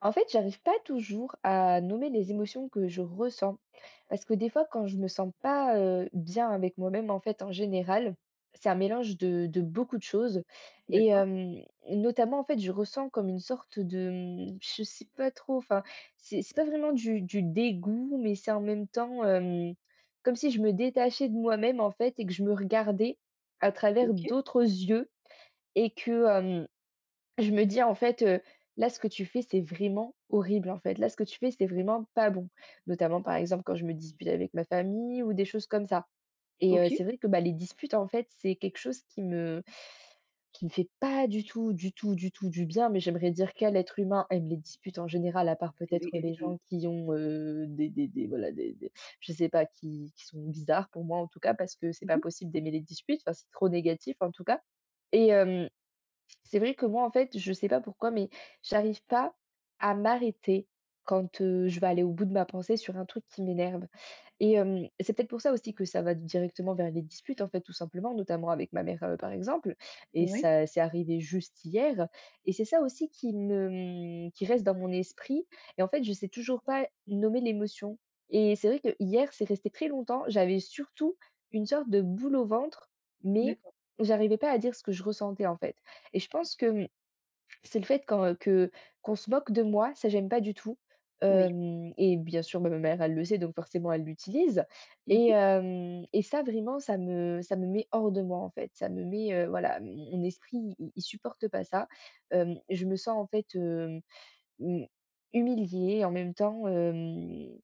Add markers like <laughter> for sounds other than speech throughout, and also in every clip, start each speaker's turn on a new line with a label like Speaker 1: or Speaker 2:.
Speaker 1: En fait, j'arrive pas toujours à nommer les émotions que je ressens. Parce que des fois, quand je me sens pas bien avec moi-même, en fait, en général, c'est un mélange de beaucoup de choses. Et
Speaker 2: D'accord.
Speaker 1: euh, Notamment, en fait, je ressens comme une sorte de, je sais pas trop, enfin, c'est pas vraiment du dégoût, mais c'est en même temps comme si je me détachais de moi-même, en fait, et que je me regardais à travers
Speaker 2: OK,
Speaker 1: d'autres yeux, et que je me dis en fait, «Là, ce que tu fais, c'est vraiment horrible, en fait. Là, ce que tu fais, c'est vraiment pas bon». Notamment, par exemple, quand je me dispute avec ma famille ou des choses comme ça, c'est
Speaker 2: OK.
Speaker 1: vrai que, bah, les disputes, en fait, c'est quelque chose qui me fait pas du tout, du tout, du tout du bien. Mais j'aimerais dire quel être humain aime les disputes en général, à part
Speaker 2: Évi
Speaker 1: peut-être les
Speaker 2: évidemment.
Speaker 1: gens qui ont, des voilà, des je sais pas, qui sont bizarres pour moi, en tout cas, parce que c'est pas
Speaker 2: Mmh.
Speaker 1: possible d'aimer les disputes. Enfin, c'est trop négatif, en tout cas, et hem c'est vrai que moi, en fait, je sais pas pourquoi, mais j'arrive pas à m'arrêter quand, je vais aller au bout de ma pensée sur un truc qui m'énerve, c'est peut-être pour ça aussi que ça va directement vers les disputes, en fait, tout simplement, notamment avec ma mère, par exemple. Et
Speaker 2: Ouais,
Speaker 1: ça c'est arrivé juste hier, et c'est ça aussi qui me, qui reste dans mon esprit. Et en fait, je sais toujours pas nommer l'émotion, et c'est vrai que hier, c'est resté très longtemps. J'avais surtout une sorte de boule au ventre, mais
Speaker 2: d'accord.
Speaker 1: j'arrivais pas à dire ce que je ressentais, en fait. Et je pense que, c'est le fait qu'en que qu'on se moque de moi, ça j'aime pas du tout,
Speaker 2: Oui.
Speaker 1: hem et bien sûr, bah, ma mère elle le sait donc forcément elle l'utilise, et
Speaker 2: Mmh.
Speaker 1: hem et ça vraiment ça me met hors de moi en fait. Ça me met, voilà, mon mon esprit il supporte pas ça. Je me sens en fait, mmh, humiliée en même temps,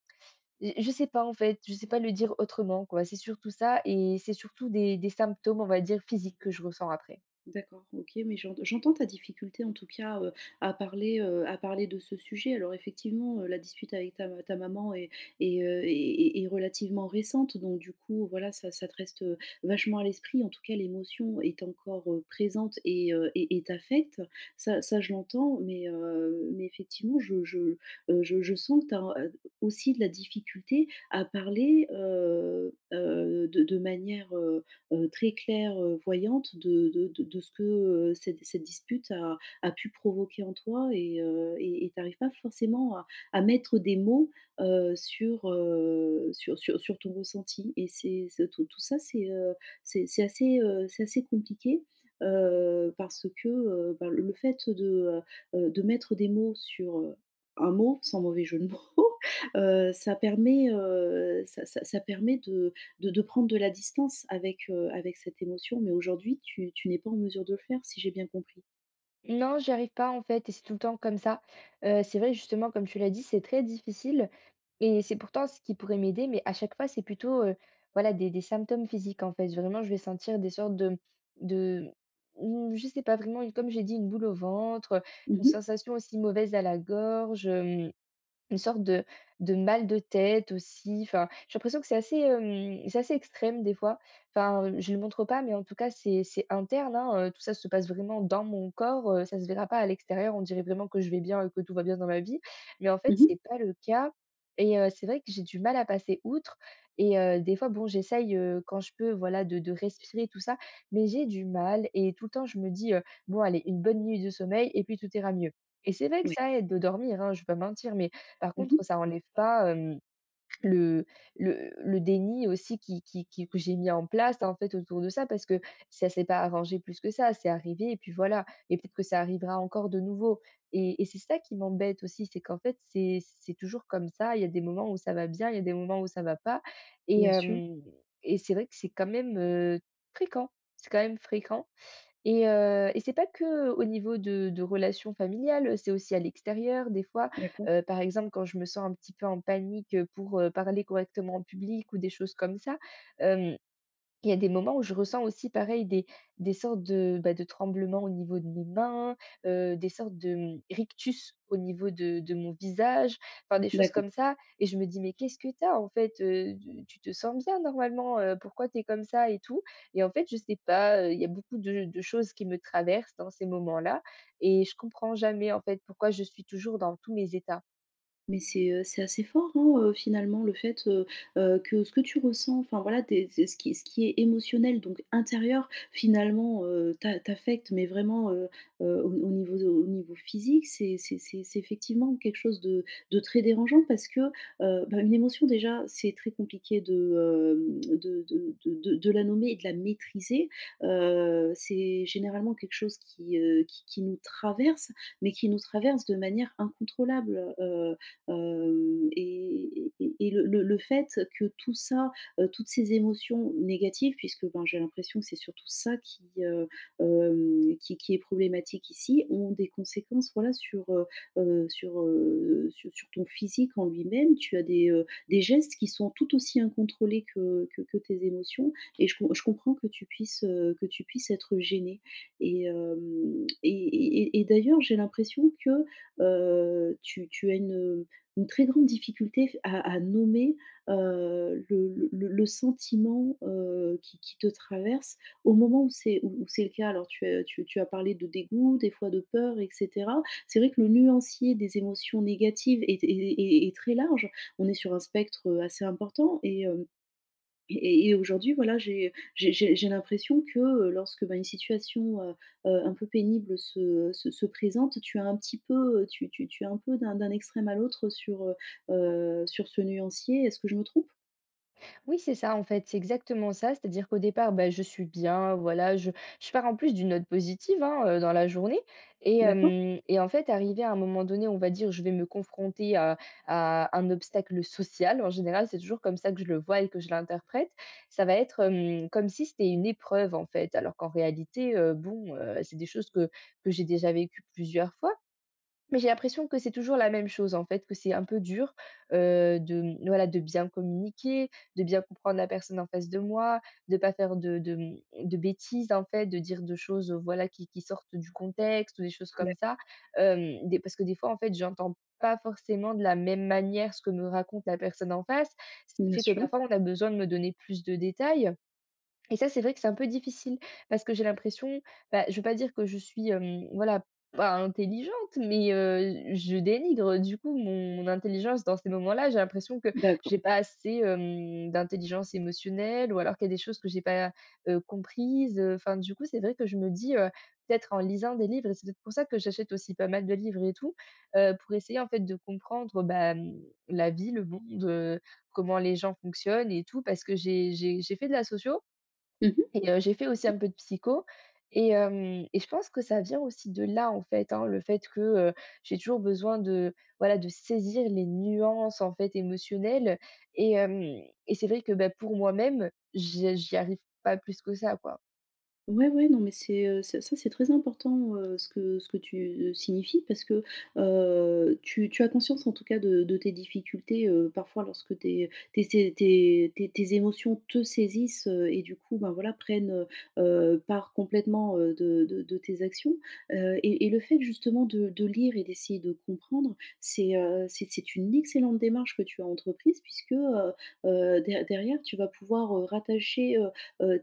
Speaker 1: je sais pas en fait, je sais pas le dire autrement quoi. C'est surtout ça et c'est surtout des symptômes on va dire physiques que je ressens après.
Speaker 2: D'accord, OK, mais j'entends ta difficulté en tout cas, à parler de ce sujet. Alors effectivement, la dispute avec ta maman est est, heu, est est est relativement récente, donc du coup, voilà, ça te reste, vachement à l'esprit. En tout cas, l'émotion est encore, présente et t'affecte. Ça je l'entends, mais effectivement, je sens que tu as aussi de la difficulté à parler, de manière, très claire, voyante de de ce que, cette dispute a pu provoquer en toi et tu pas forcément à mettre des mots, sur, sur ton ressenti et c'est tout ça c'est c'est assez compliqué, parce que, bah, le fait de mettre des mots sur, un mot, sans mauvais jeu de mots, <laughs> ça permet, ça permet de prendre de la distance avec, avec cette émotion, mais aujourd'hui, tu n'es pas en mesure de le faire, si j'ai bien compris?
Speaker 1: Non, j'y arrive pas en fait et c'est tout le temps comme ça. C'est vrai justement comme tu l'as dit, c'est très difficile, et c'est pourtant ce qui pourrait m'aider, mais à chaque fois, c'est plutôt, voilà des symptômes physiques en fait. Vraiment, je vais sentir des sortes de mmh, je sais pas vraiment, une comme j'ai dit, une boule au ventre,
Speaker 2: Mmh
Speaker 1: une
Speaker 2: mh.
Speaker 1: sensation aussi mauvaise à la gorge, une sorte de mal de tête aussi, enfin, j'ai l'impression que c'est assez, c'est assez extrême des fois. Enfin, je ne le montre pas, mais en tout cas, c'est interne, hein, tout ça se passe vraiment dans mon corps, ça ne se verra pas à l'extérieur. On dirait vraiment que je vais bien et que tout va bien dans ma vie, mais en fait,
Speaker 2: Mmh.
Speaker 1: c'est pas le cas, c'est vrai que j'ai du mal à passer outre, des fois, bon, j'essaye, quand je peux, voilà, de respirer tout ça, mais j'ai du mal et tout le temps, je me dis, «Bon allez, une bonne nuit de sommeil et puis tout ira mieux», et c'est vrai que
Speaker 2: Ouais.
Speaker 1: ça aide de dormir, hein, je ne vais pas mentir, mais par contre,
Speaker 2: Mmh.
Speaker 1: ça enlève pas, le le déni aussi qui que j'ai mis en place, en fait, autour de ça, parce que ça s'est pas arrangé plus que ça. C'est arrivé et puis voilà, et peut-être que ça arrivera encore de nouveau, et c'est ça qui m'embête aussi, c'est qu'en fait, c'est toujours comme ça. Il y a des moments où ça va bien, il y a des moments où ça va pas, et
Speaker 2: Bien sûr.
Speaker 1: hem et c'est vrai que c'est quand même, fréquent. C'est quand même fréquent, et c'est pas que au niveau de relations familiales, c'est aussi à l'extérieur des fois.
Speaker 2: D'accord.
Speaker 1: Par exemple, quand je me sens un petit peu en panique, pour, parler correctement en public ou des choses comme ça, il y a des moments où je ressens aussi pareil des sortes de, bah, de tremblements au niveau de mes mains, des sortes de, rictus au niveau de mon visage, enfin des choses
Speaker 2: D'accord.
Speaker 1: comme ça, et je me dis: «Mais qu'est-ce que t'as en fait, tu te sens bien normalement, pourquoi t'es comme ça et tout?» Et en fait je sais pas, il y a beaucoup de choses qui me traversent dans ces moments-là, et je comprends jamais en fait pourquoi je suis toujours dans tous mes états.
Speaker 2: Mais c'est assez fort, hein, finalement le fait, que ce que tu ressens, enfin voilà, des c'est ce qui est émotionnel donc intérieur finalement, t'a t'affecte mais vraiment, au niveau physique. C'est effectivement quelque chose de très dérangeant parce que, bah, une émotion déjà, c'est très compliqué de, de la nommer et de la maîtriser. C'est généralement quelque chose qui, qui nous traverse, mais qui nous traverse de manière incontrôlable. Hem Et le fait que tout ça, toutes ces émotions négatives puisque, ben, j'ai l'impression que c'est surtout ça qui, qui est problématique ici, ont des conséquences, voilà, sur, sur, sur ton physique en lui-même. Tu as des gestes qui sont tout aussi incontrôlés que tes émotions et je comprends que tu puisses être gêné. Et hem d'ailleurs, j'ai l'impression que, tu as une très grande difficulté à nommer, le sentiment, qui te traverse au moment où c'est où où c'est le cas. Alors tu as tu as parlé de dégoût, des fois de peur et cetera. C'est vrai que le nuancier des émotions négatives est très large. On est sur un spectre, assez important et hem et aujourd'hui, voilà, j'ai l'impression que, lorsque, ben, une situation, un peu pénible se présente, tu as un petit peu, tu tu es un peu d'un extrême à l'autre sur, sur ce nuancier. Est-ce que je me trompe?
Speaker 1: Oui, c'est ça, en fait, c'est exactement ça. C'est-à-dire qu'au départ, bah, je suis bien, voilà, je pars en plus d'une note positive hein, dans la journée.
Speaker 2: D'accord?
Speaker 1: Et en fait, arrivé à un moment donné, on va dire, je vais me confronter à un obstacle social. En général, c'est toujours comme ça que je le vois et que je l'interprète. Ça va être comme si c'était une épreuve, en fait, alors qu'en réalité, bon, c'est des choses que j'ai déjà vécues plusieurs fois. Mais j'ai l'impression que c'est toujours la même chose, en fait, que c'est un peu dur, de, voilà, de bien communiquer, de bien comprendre la personne en face de moi, de pas faire de de bêtises, en fait, de dire de choses, voilà, qui sortent du contexte ou des choses comme
Speaker 2: D'acc
Speaker 1: ça. Hem, des Parce que des fois, en fait, j'entends pas forcément de la même manière ce que me raconte la personne en face, ce qui
Speaker 2: Bien
Speaker 1: fait que
Speaker 2: sûr.
Speaker 1: parfois on a besoin de me donner plus de détails. Et ça, c'est vrai que c'est un peu difficile parce que j'ai l'impression, bah, je veux pas dire que je suis, voilà, pas intelligente, mais, je dénigre du coup mon mon intelligence dans ces moments-là. J'ai l'impression que
Speaker 2: D'accord.
Speaker 1: j'ai pas assez, d'intelligence émotionnelle ou alors qu'il y a des choses que j'ai pas, comprises, enfin, du coup, c'est vrai que je me dis, peut-être en lisant des livres, et c'est peut-être pour ça que j'achète aussi pas mal de livres et tout, pour essayer en fait de comprendre, bah, la vie, le monde, comment les gens fonctionnent et tout, parce que j'ai fait de la socio,
Speaker 2: Mmh.
Speaker 1: j'ai fait aussi un peu de psycho, et je pense que ça vient aussi de là, en fait, hein, le fait que, j'ai toujours besoin de, voilà, de saisir les nuances, en fait, émotionnelles, et hem et c'est vrai que, bah, pour moi-même, j'y arrive pas plus que ça, quoi.
Speaker 2: Ouais, ouais, non, mais c'est, ça, c'est très important, ce que tu, signifies parce que, tu as conscience en tout cas de tes difficultés, parfois lorsque tes tes sé tes tes tes émotions te saisissent, et du coup, ben, voilà, prennent, part complètement, de de tes actions, et le fait justement de lire et d'essayer de comprendre, c'est une excellente démarche que tu as entreprise puisque, derrière, tu vas pouvoir, rattacher, heu,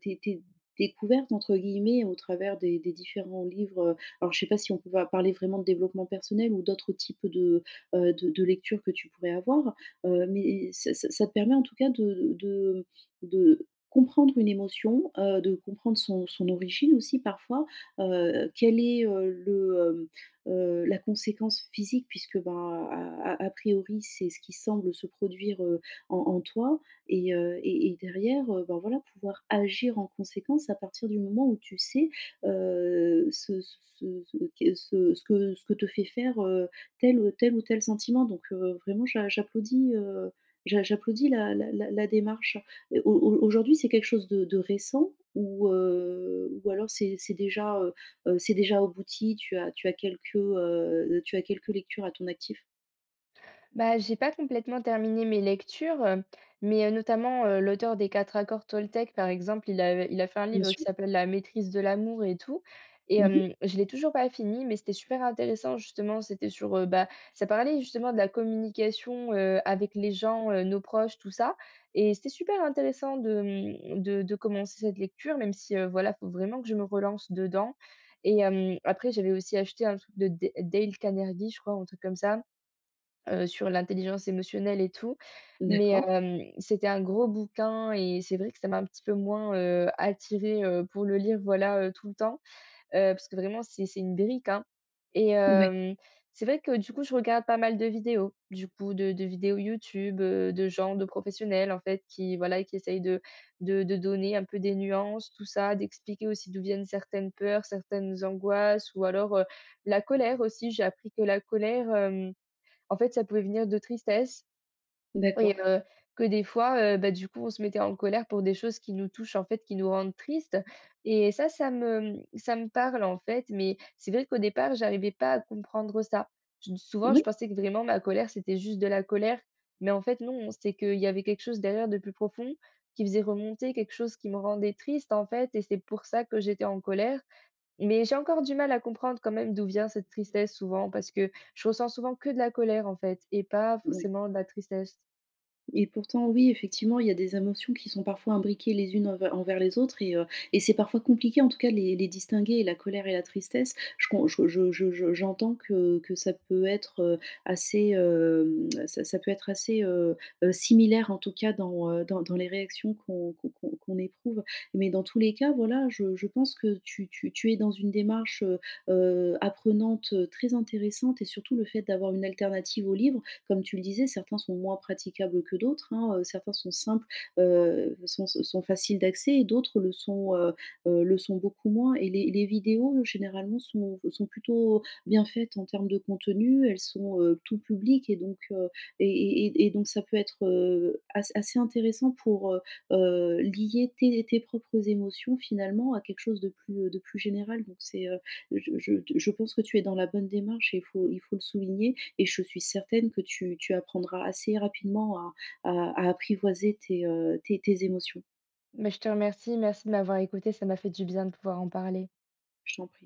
Speaker 2: tes tes découverte entre guillemets au travers des différents livres, alors je sais pas si on peut va parler vraiment de développement personnel ou d'autres types de lectures que tu pourrais avoir, mais ça ça te permet en tout cas de comprendre une émotion, de comprendre son son origine aussi parfois, quel est, le, la conséquence physique puisque, ben, a priori, c'est ce qui semble se produire, en en toi, et derrière, ben, voilà, pouvoir agir en conséquence à partir du moment où tu sais, ce que te fait faire, tel ou tel ou tel sentiment. Donc vraiment j'applaudis, j'applaudis la démarche. Au au Aujourd'hui, c'est quelque chose de récent ou alors c'est déjà abouti, tu as quelques lectures à ton actif?
Speaker 1: Bah, j'ai pas complètement terminé mes lectures, mais notamment, l'auteur des 4 accords Toltec, par exemple, il a fait un
Speaker 2: Bien
Speaker 1: livre qui
Speaker 2: sûr.
Speaker 1: s'appelle «La maîtrise de l'amour» et tout,
Speaker 2: Mmh.
Speaker 1: je l'ai toujours pas fini, mais c'était super intéressant, justement. C'était sur, bah, ça parlait justement de la communication, avec les gens, nos proches, tout ça, et c'était super intéressant de, mmh, de commencer cette lecture, même si, voilà, faut vraiment que je me relance dedans, après j'avais aussi acheté un truc de D Dale Carnegie, je crois, un truc comme ça, sur l'intelligence émotionnelle et tout. Mais
Speaker 2: D'accord.
Speaker 1: c'était un gros bouquin et c'est vrai que ça m'a un petit peu moins, attirée, pour le lire, voilà, tout le temps, parce que vraiment c'est une brique, hein. Et
Speaker 2: Oui.
Speaker 1: hem, c'est vrai que du coup, je regarde pas mal de vidéos, du coup, de vidéos YouTube, de gens, de professionnels, en fait, qui, voilà, qui essayent de donner un peu des nuances, tout ça, d'expliquer aussi d'où viennent certaines peurs, certaines angoisses ou alors, la colère aussi. J'ai appris que la colère, hem en fait, ça pouvait venir de tristesse, et
Speaker 2: D'accord.
Speaker 1: heu, que des fois, bah, du coup, on se mettait en colère pour des choses qui nous touchent, en fait, qui nous rendent tristes, et ça, ça me parle, en fait, mais c'est vrai qu'au départ, j'arrivais pas à comprendre ça. Je souvent,
Speaker 2: Oui.
Speaker 1: je pensais que vraiment ma colère, c'était juste de la colère, mais en fait, non, c'est qu'il y avait quelque chose derrière de plus profond qui faisait remonter quelque chose qui me rendait triste, en fait, et c'est pour ça que j'étais en colère, mais j'ai encore du mal à comprendre quand même d'où vient cette tristesse souvent, parce que je ressens souvent que de la colère en fait et pas
Speaker 2: Ouais.
Speaker 1: forcément de la tristesse.
Speaker 2: Et pourtant, oui, effectivement, il y a des émotions qui sont parfois imbriquées les unes envers les autres et c'est parfois compliqué, en tout cas, de les distinguer, la colère et la tristesse. Je J'entends que ça peut être, assez, ça peut être assez, similaire, en tout cas, dans, dans dans les réactions qu'on éprouve. Mais dans tous les cas, voilà, je pense que tu tu es dans une démarche, apprenante, très intéressante et surtout le fait d'avoir une alternative au livre, comme tu le disais, certains sont moins praticables que d'autres, hein, certains sont simples, sont sont faciles d'accès et d'autres le sont beaucoup moins et les vidéos généralement sont sont plutôt bien faites en termes de contenu. Elles sont, tout public et donc ça peut être, assez intéressant pour, lier tes tes propres émotions finalement à quelque chose de plus général. Donc c'est, je pense que tu es dans la bonne démarche et il faut le souligner et je suis certaine que tu apprendras assez rapidement à, à apprivoiser tes, tes tes émotions.
Speaker 1: Mais je te remercie, merci de m'avoir écoutée, ça m'a fait du bien de pouvoir en parler.
Speaker 2: Je t'en prie.